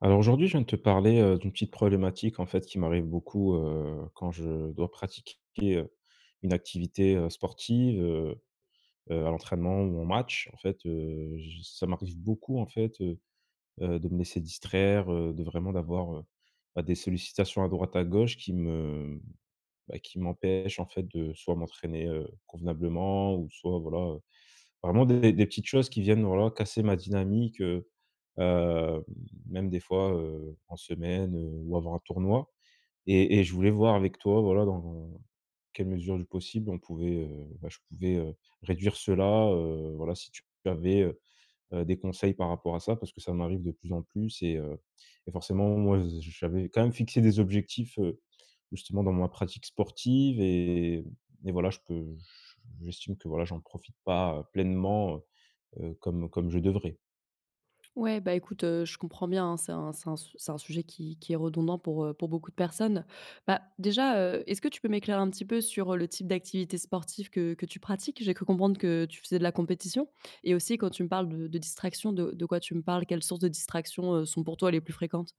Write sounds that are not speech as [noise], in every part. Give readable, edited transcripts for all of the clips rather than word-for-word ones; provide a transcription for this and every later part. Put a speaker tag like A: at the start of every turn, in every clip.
A: Alors aujourd'hui, je viens de te parler, d'une petite problématique en fait qui m'arrive beaucoup, quand je dois pratiquer, heu, une activité, sportive, à l'entraînement ou en match. En fait, j ça m'arrive beaucoup en fait, de me laisser distraire, de vraiment d'avoir, bah, des sollicitations à droite à gauche qui me, bah, qui m'empêchent en fait de soit m'entraîner, convenablement ou soit voilà. Vraiment des petites choses qui viennent, voilà, casser ma dynamique, hem, même des fois, en semaine, ou avant un tournoi. Et je voulais voir avec toi, voilà, dans quelle mesure du possible on pouvait, bah, je pouvais, réduire cela, voilà, si tu avais, des conseils par rapport à ça, parce que ça m'arrive de plus en plus et forcément, moi, j'avais quand même fixé des objectifs, justement dans ma pratique sportive et voilà, je peux j'estime que, voilà, j'en profite pas pleinement, comme je devrais.
B: Ouais, bah, écoute, je comprends bien, hein, c'est un sujet qui est redondant pour beaucoup de personnes. Bah, déjà, est-ce que tu peux m'éclairer un petit peu sur, le type d'activité sportive que tu pratiques? J'ai cru comprendre que tu faisais de la compétition et aussi quand tu me parles de distraction, de quoi tu me parles? Quelles sources de distraction, sont pour toi les plus fréquentes?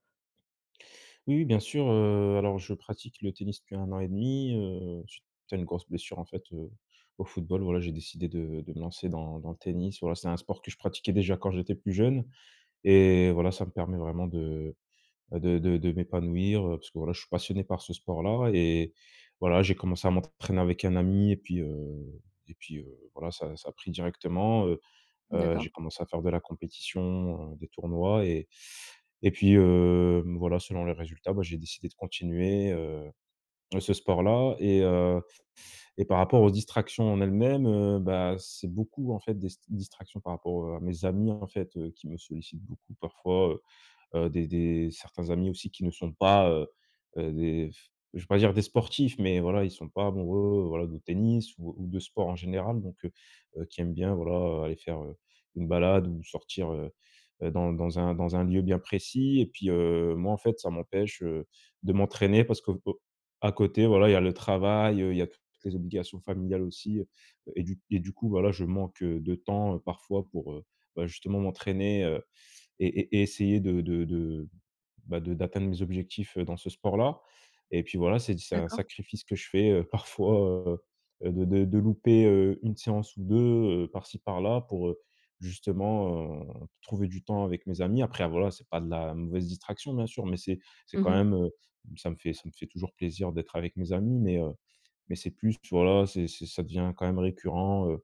A: Oui, oui, bien sûr, alors je pratique le tennis depuis un an et demi. 2 suite à une grosse blessure en fait, au football, voilà, j'ai décidé de me lancer dans le tennis. Voilà, c'est un sport que je pratiquais déjà quand j'étais plus jeune et voilà, ça me permet vraiment de, bah, de m'épanouir, parce que voilà, je suis passionné par ce sport-là et voilà, j'ai commencé à m'entraîner avec un ami et puis, voilà, ça a pris directement.
B: D'accord,
A: J'ai commencé à faire de la compétition, des tournois et puis, voilà, selon les résultats, bah, j'ai décidé de continuer, ce sport-là et par rapport aux distractions en elles-mêmes, bah, c'est beaucoup, en fait, des s distractions par rapport, à mes amis, en fait, qui me sollicitent beaucoup parfois, des certains amis aussi qui ne sont pas, des je vais pas dire des sportifs, mais voilà, ils sont pas amoureux, voilà, de tennis ou de sport en général, donc qui aiment bien, voilà, aller faire, une balade ou sortir, dans un lieu bien précis et puis, moi, en fait, ça m'empêche, de m'entraîner parce que au à côté, voilà, il y a le travail, il y a toutes les obligations familiales aussi, et du coup, voilà, je manque, de temps, parfois pour, bah, justement m'entraîner, et essayer de, bah, de d'atteindre mes objectifs, dans ce sport-là et puis voilà, c'est un
B: d'accord.
A: sacrifice que je fais, [laughs] parfois, heu, de louper, 1 séance ou 2 par-ci par-là pour, justement, trouver du temps avec mes amis. Après, ah, voilà, c'est pas de la mauvaise distraction, bien sûr, mais c'est quand
B: Mmh.
A: même, ça me fait toujours plaisir d'être avec mes amis, mais c'est plus, voilà, c'est ça devient quand même récurrent,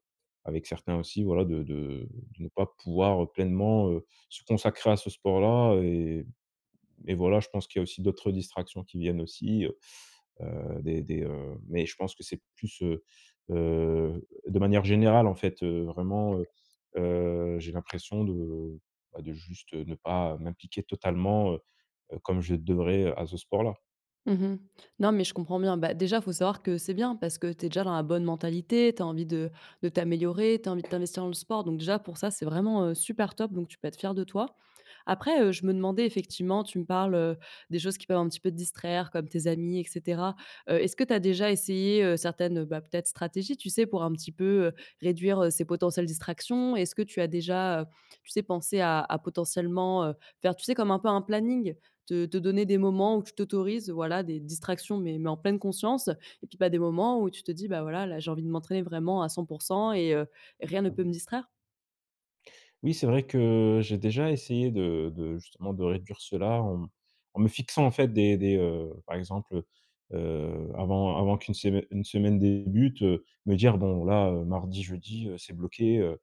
A: avec certains aussi, voilà, de ne pas pouvoir, pleinement, se consacrer à ce sport-là et voilà, je pense qu'il y a aussi d'autres distractions qui viennent aussi, mais je pense que c'est plus, de manière générale, en fait, vraiment, j'ai l'impression de, bah, de juste, ne pas m'impliquer totalement, comme je devrais, à ce sport-là.
B: Mmh. Non, mais je comprends bien. Bah, déjà, faut savoir que c'est bien parce que tu es déjà dans la bonne mentalité, tu as envie de t'améliorer, tu as envie de t'investir dans le sport. Donc déjà, pour ça, c'est vraiment, super top, donc tu peux être fier de toi. Après, je me demandais effectivement, tu me parles, des choses qui peuvent un petit peu te distraire comme tes amis et cetera. Est-ce que tu as déjà essayé, certaines, bah, peut-être stratégies, tu sais, pour un petit peu, réduire, ces potentielles distractions? Est-ce que tu as déjà, tu sais, pensé à potentiellement, faire, tu sais, comme un peu un planning? Te donner des moments où tu t'autorises, voilà, des distractions, mais en pleine conscience et puis, pas des moments où tu te dis: «Bah, voilà, là, j'ai envie de m'entraîner vraiment à cent pour 100 et rien ne peut me distraire».
A: Oui, c'est vrai que j'ai déjà essayé de justement de réduire cela en me fixant en fait par exemple, avant qu'une semaine débute, me dire: «Bon là, mardi, jeudi, c'est bloqué, heu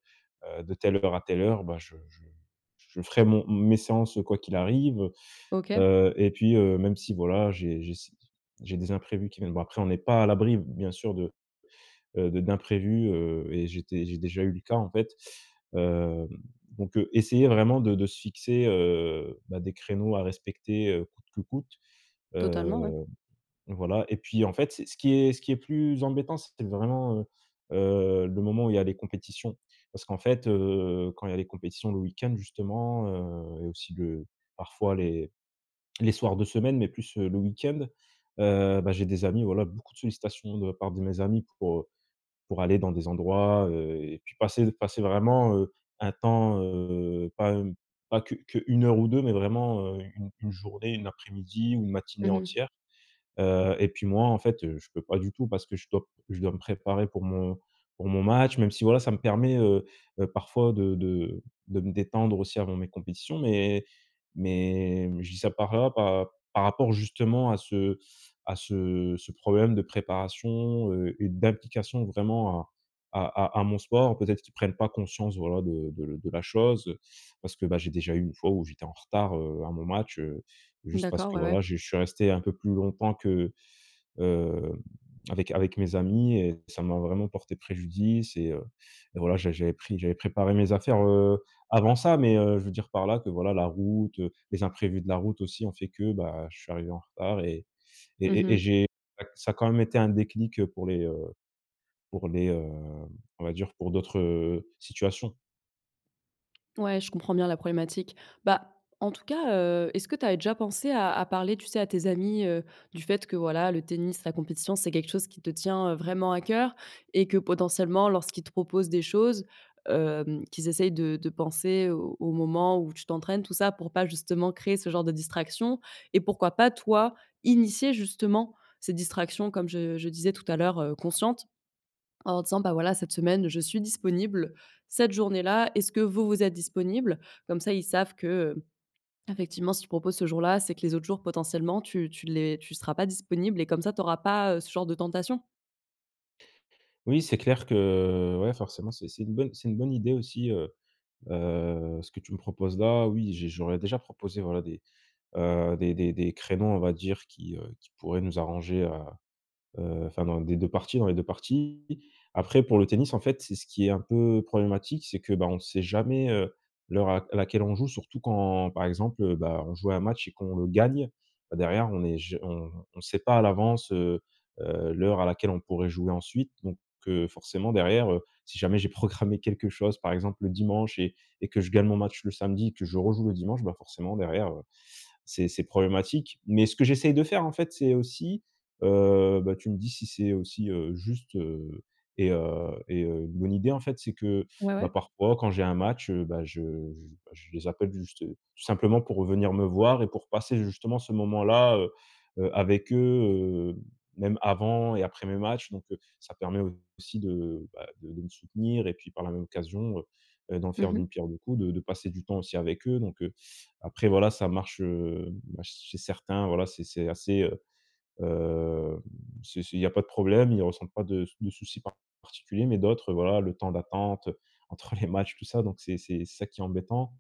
A: heu, de telle heure à telle heure, bah, je ferai mon mes séances, quoi qu'il arrive».
B: OK,
A: Et puis, même si voilà, j'ai si j'ai des imprévus qui viennent. Bon après on n'est pas à l'abri bien sûr de d'imprévus, et j'ai déjà eu le cas en fait. Hem, donc essayer vraiment de se fixer, bah, des créneaux à respecter, coûte que coûte.
B: totalement, ouais.
A: Heu, voilà et puis en fait, c'est ce qui est plus embêtant, c'est vraiment, le moment où il y a les compétitions. Parce qu'en fait, quand il y a les compétitions le week-end justement, et aussi le parfois les soirs de semaine, mais plus, le week-end, bah, j'ai des amis, voilà, beaucoup de sollicitations de la part de mes amis pour aller dans des endroits, et puis passer vraiment, un temps, pas, pas que 1 heure ou 2 mais vraiment, une journée, une après-midi ou une matinée
B: Mmh.
A: entière. Et puis moi, en fait, je peux pas du tout parce que je dois me préparer pour mon match, même si voilà, ça me permet, parfois de me détendre aussi avant mes compétitions, mais je dis ça par là, par rapport justement à ce problème de préparation, et d'implication vraiment à mon sport. Peut-être qu'ils prennent pas conscience, voilà, de la chose, parce que, bah, j'ai déjà eu une fois où j'étais en retard, à mon match. Juste parce
B: D'accord,
A: que
B: ouais, ouais.
A: voilà, je suis resté un peu plus longtemps que, heu, avec mes amis et ça m'a vraiment porté préjudice et voilà, j'avais préparé mes affaires, avant ça, je veux dire par là que voilà, la route, les imprévus de la route aussi ont fait que, bah, je suis arrivé en retard et
B: Mmh.
A: j'ai ça a quand même été un déclic, pour les, on va dire pour d'autres, situations.
B: Ouais, je comprends bien la problématique. Bah, en tout cas, est-ce que tu as déjà pensé à parler, tu sais, à tes amis, du fait que, voilà, le tennis, la compétition, c'est quelque chose qui te tient, vraiment à cœur et que potentiellement lorsqu'ils te proposent des choses, qu'ils essayent de penser au moment où tu t'entraînes, tout ça, pour pas justement créer ce genre de distraction et pourquoi pas, toi, initier justement ces distractions, comme je disais tout à l'heure, conscientes en leur disant: «Bah, voilà, cette semaine, je suis disponible. Cette journée-là, est-ce que vous, vous êtes disponible?» Comme ça, ils savent que, effectivement, si tu proposes ce jour-là, c'est que les autres jours, potentiellement, tu seras pas disponible et comme ça, tu auras pas, ce genre de tentation.
A: Oui, c'est clair que ouais, forcément, c'est une bonne idée aussi, ce que tu me proposes là, oui, j'aurais déjà proposé, voilà, des créneaux, on va dire, qui pourraient nous arranger. Enfin dans les 2 parties. Après pour le tennis, en fait, c'est ce qui est un peu problématique, c'est que, bah, on ne sait jamais, l'heure à laquelle on joue, surtout quand, par exemple, bah, on joue à un match et qu'on le gagne, bah, derrière on est j on sait pas à l'avance, l'heure à laquelle on pourrait jouer ensuite. Donc forcément derrière, si jamais j'ai [laughs] programmé quelque chose, par exemple le dimanche et que je gagne mon match le samedi et que je rejoue le dimanche, bah, forcément derrière, c'est problématique. Mais ce que j'essaye de faire, en fait, c'est aussi, bah, tu me dis si c'est aussi, juste, une bonne idée, en fait, c'est que,
B: Ouais,
A: bah,
B: ouais.
A: parfois, quand j'ai un match, bah, je les appelle juste, tout simplement pour venir me voir et pour passer justement ce moment-là, avec eux, même avant et après mes matchs. Donc ça permet aussi de, bah, de me soutenir et puis par la même occasion, d'en faire
B: Mmh.
A: d'une pierre deux coups, de passer du temps aussi avec eux. Donc après voilà, ça marche, bah, chez certains, voilà, c'est assez, heu, c'est il y a pas de problème, ils ne ressentent pas de soucis particuliers, mais d'autres, voilà, le temps d'attente, [laughs] entre les matchs, tout ça, donc c'est ça qui est embêtant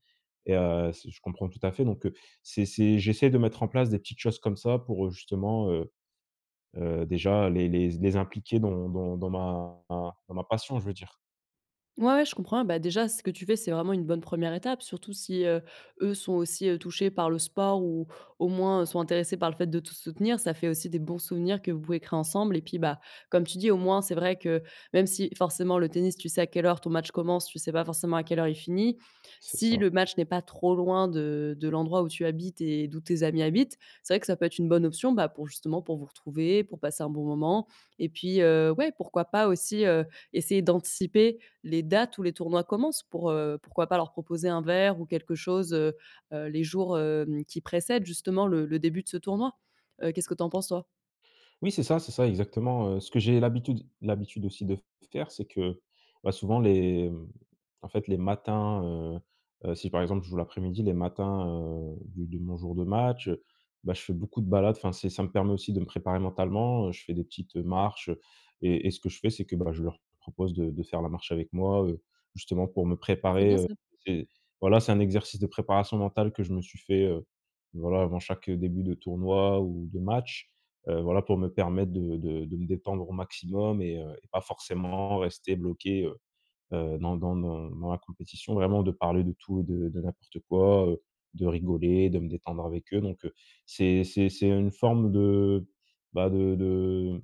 A: et c'est je comprends tout à fait, donc c'est j'essaie de mettre en place des petites choses comme ça pour, justement, déjà les impliquer dans ma passion, je veux dire.
B: Ouais, ouais, je comprends. Bah, déjà, ce que tu fais, c'est vraiment une bonne première étape, surtout si, eux sont aussi, touchés par le sport ou au moins, sont intéressés par le fait de tout soutenir. Ça fait aussi des bons souvenirs que vous pouvez créer ensemble et puis, bah, comme tu dis, au moins, c'est vrai que même si forcément le tennis, tu sais à quelle heure ton match commence, tu sais pas forcément à quelle heure il finit.
A: C'est
B: Si
A: ça.
B: le match n'est pas trop loin de l'endroit où tu habites et d'où tes amis habitent, c'est vrai que ça peut être une bonne option, bah, pour justement pour vous retrouver, pour passer un bon moment et puis, ouais, pourquoi pas aussi, essayer d'anticiper les dates où les tournois commencent pour, pourquoi pas leur proposer un verre ou quelque chose, les jours, qui précèdent justement le début de ce tournoi. Qu'est-ce que tu en penses toi?
A: Oui, c'est ça, exactement, ce que j'ai l'habitude aussi de faire, c'est que, bah, en fait, les matins, si par exemple je joue l'après-midi, les matins, du de mon jour de match, bah, je fais beaucoup de balades. Enfin, c'est ça me permet aussi de me préparer mentalement, je fais des petites, marches, et ce que je fais, c'est que, bah, je leur propose de faire la marche avec moi, justement pour me
B: Ah, c'est
A: préparer,
B: bien ça.
A: c'est voilà, c'est un exercice de préparation mentale que je me suis fait, voilà, avant chaque, début de tournoi ou de match. Voilà, pour me permettre de me détendre au maximum et pas forcément rester bloqué, dans la compétition. Vraiment de parler de tout et de n'importe quoi, de rigoler, de me détendre avec eux. Donc c'est une forme de, bah, de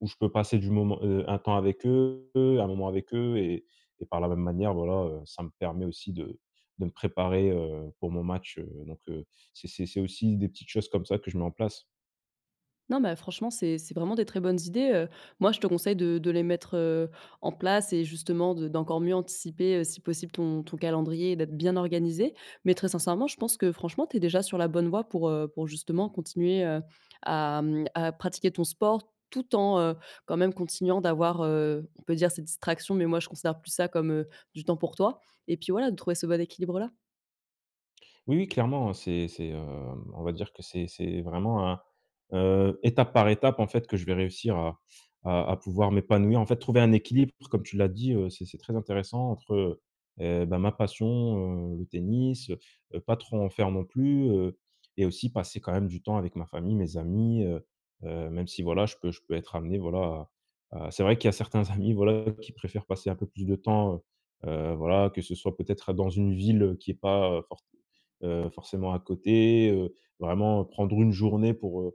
A: où je peux passer du moment, un temps avec eux, un moment avec eux et par la même manière, voilà, ça me permet aussi de me préparer, pour mon match, donc c'est aussi des petites choses comme ça que je mets en place.
B: Non, mais franchement, c'est vraiment des très bonnes idées. Moi, je te conseille de les mettre, en place et justement de d'encore mieux anticiper, si possible ton calendrier et d'être bien organisé. Mais très sincèrement, je pense que franchement, tu es déjà sur la bonne voie pour justement continuer, à, mmh, à pratiquer ton sport tout en, quand même continuant d'avoir, on peut dire ces distractions, mais moi je considère plus ça comme, du temps pour toi et puis voilà, de trouver ce bon équilibre là.
A: Oui, oui, clairement, hein, on va dire que c'est vraiment un, étape par étape, en fait, que je vais réussir à pouvoir m'épanouir. En fait, trouver un équilibre, comme tu l'as dit, c'est très intéressant entre, bah, ma passion, le tennis, pas trop en faire non plus, et aussi passer quand même du temps avec ma famille, mes amis, même si, voilà, je peux être amené, voilà, à c'est vrai qu'il y a certains [laughs] amis, voilà, qui préfèrent passer un peu plus de temps, voilà, que ce soit peut-être dans une ville, qui est pas, forcément à côté, vraiment prendre une journée pour, heu,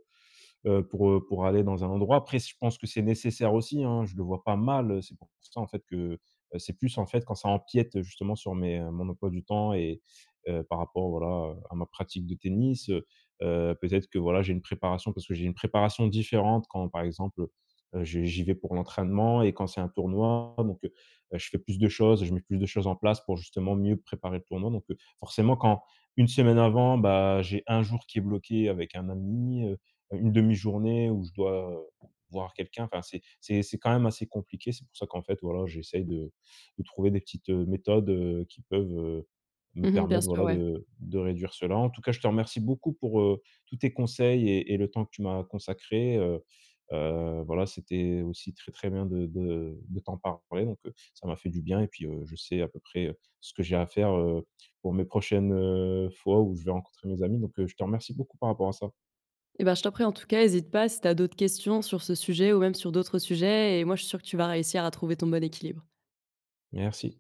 A: heu, pour, heu, pour aller dans un endroit. Après, je pense que c'est nécessaire aussi, hein, je le vois pas mal, c'est pour ça, en fait, que, c'est plus, en fait, quand ça empiète, justement, sur mon emploi du temps et par rapport, voilà, à ma pratique de tennis, peut-être que, voilà, j'ai une préparation parce que j'ai une préparation différente quand, par exemple, j'y vais pour l'entraînement et quand c'est un tournoi, donc je fais plus de choses, je mets plus de choses en place pour, justement, mieux préparer le tournoi, donc forcément, quand une semaine avant, bah, j'ai un jour qui est bloqué avec un ami, une demi-journée où je dois, voir quelqu'un. Enfin, c'est quand même assez compliqué. C'est pour ça qu'en fait, voilà, j'essaye de trouver des petites, méthodes, qui peuvent, me
B: Mmh, bien
A: permettre,
B: sûr,
A: voilà,
B: ouais.
A: de réduire cela. En tout cas, je te remercie beaucoup pour, tous tes conseils et le temps que tu m'as consacré, voilà, c'était aussi très, très bien de t'en parler donc ça m'a fait du bien et puis, je sais à peu près, ce que j'ai à faire, pour mes prochaines, fois où je vais rencontrer mes amis donc je te remercie beaucoup par rapport à ça.
B: Eh ben, je t'en prie, en tout cas, hésite pas si tu as d'autres questions sur ce sujet ou même sur d'autres sujets et moi, je suis sûre que tu vas réussir à trouver ton bon équilibre.
A: Merci.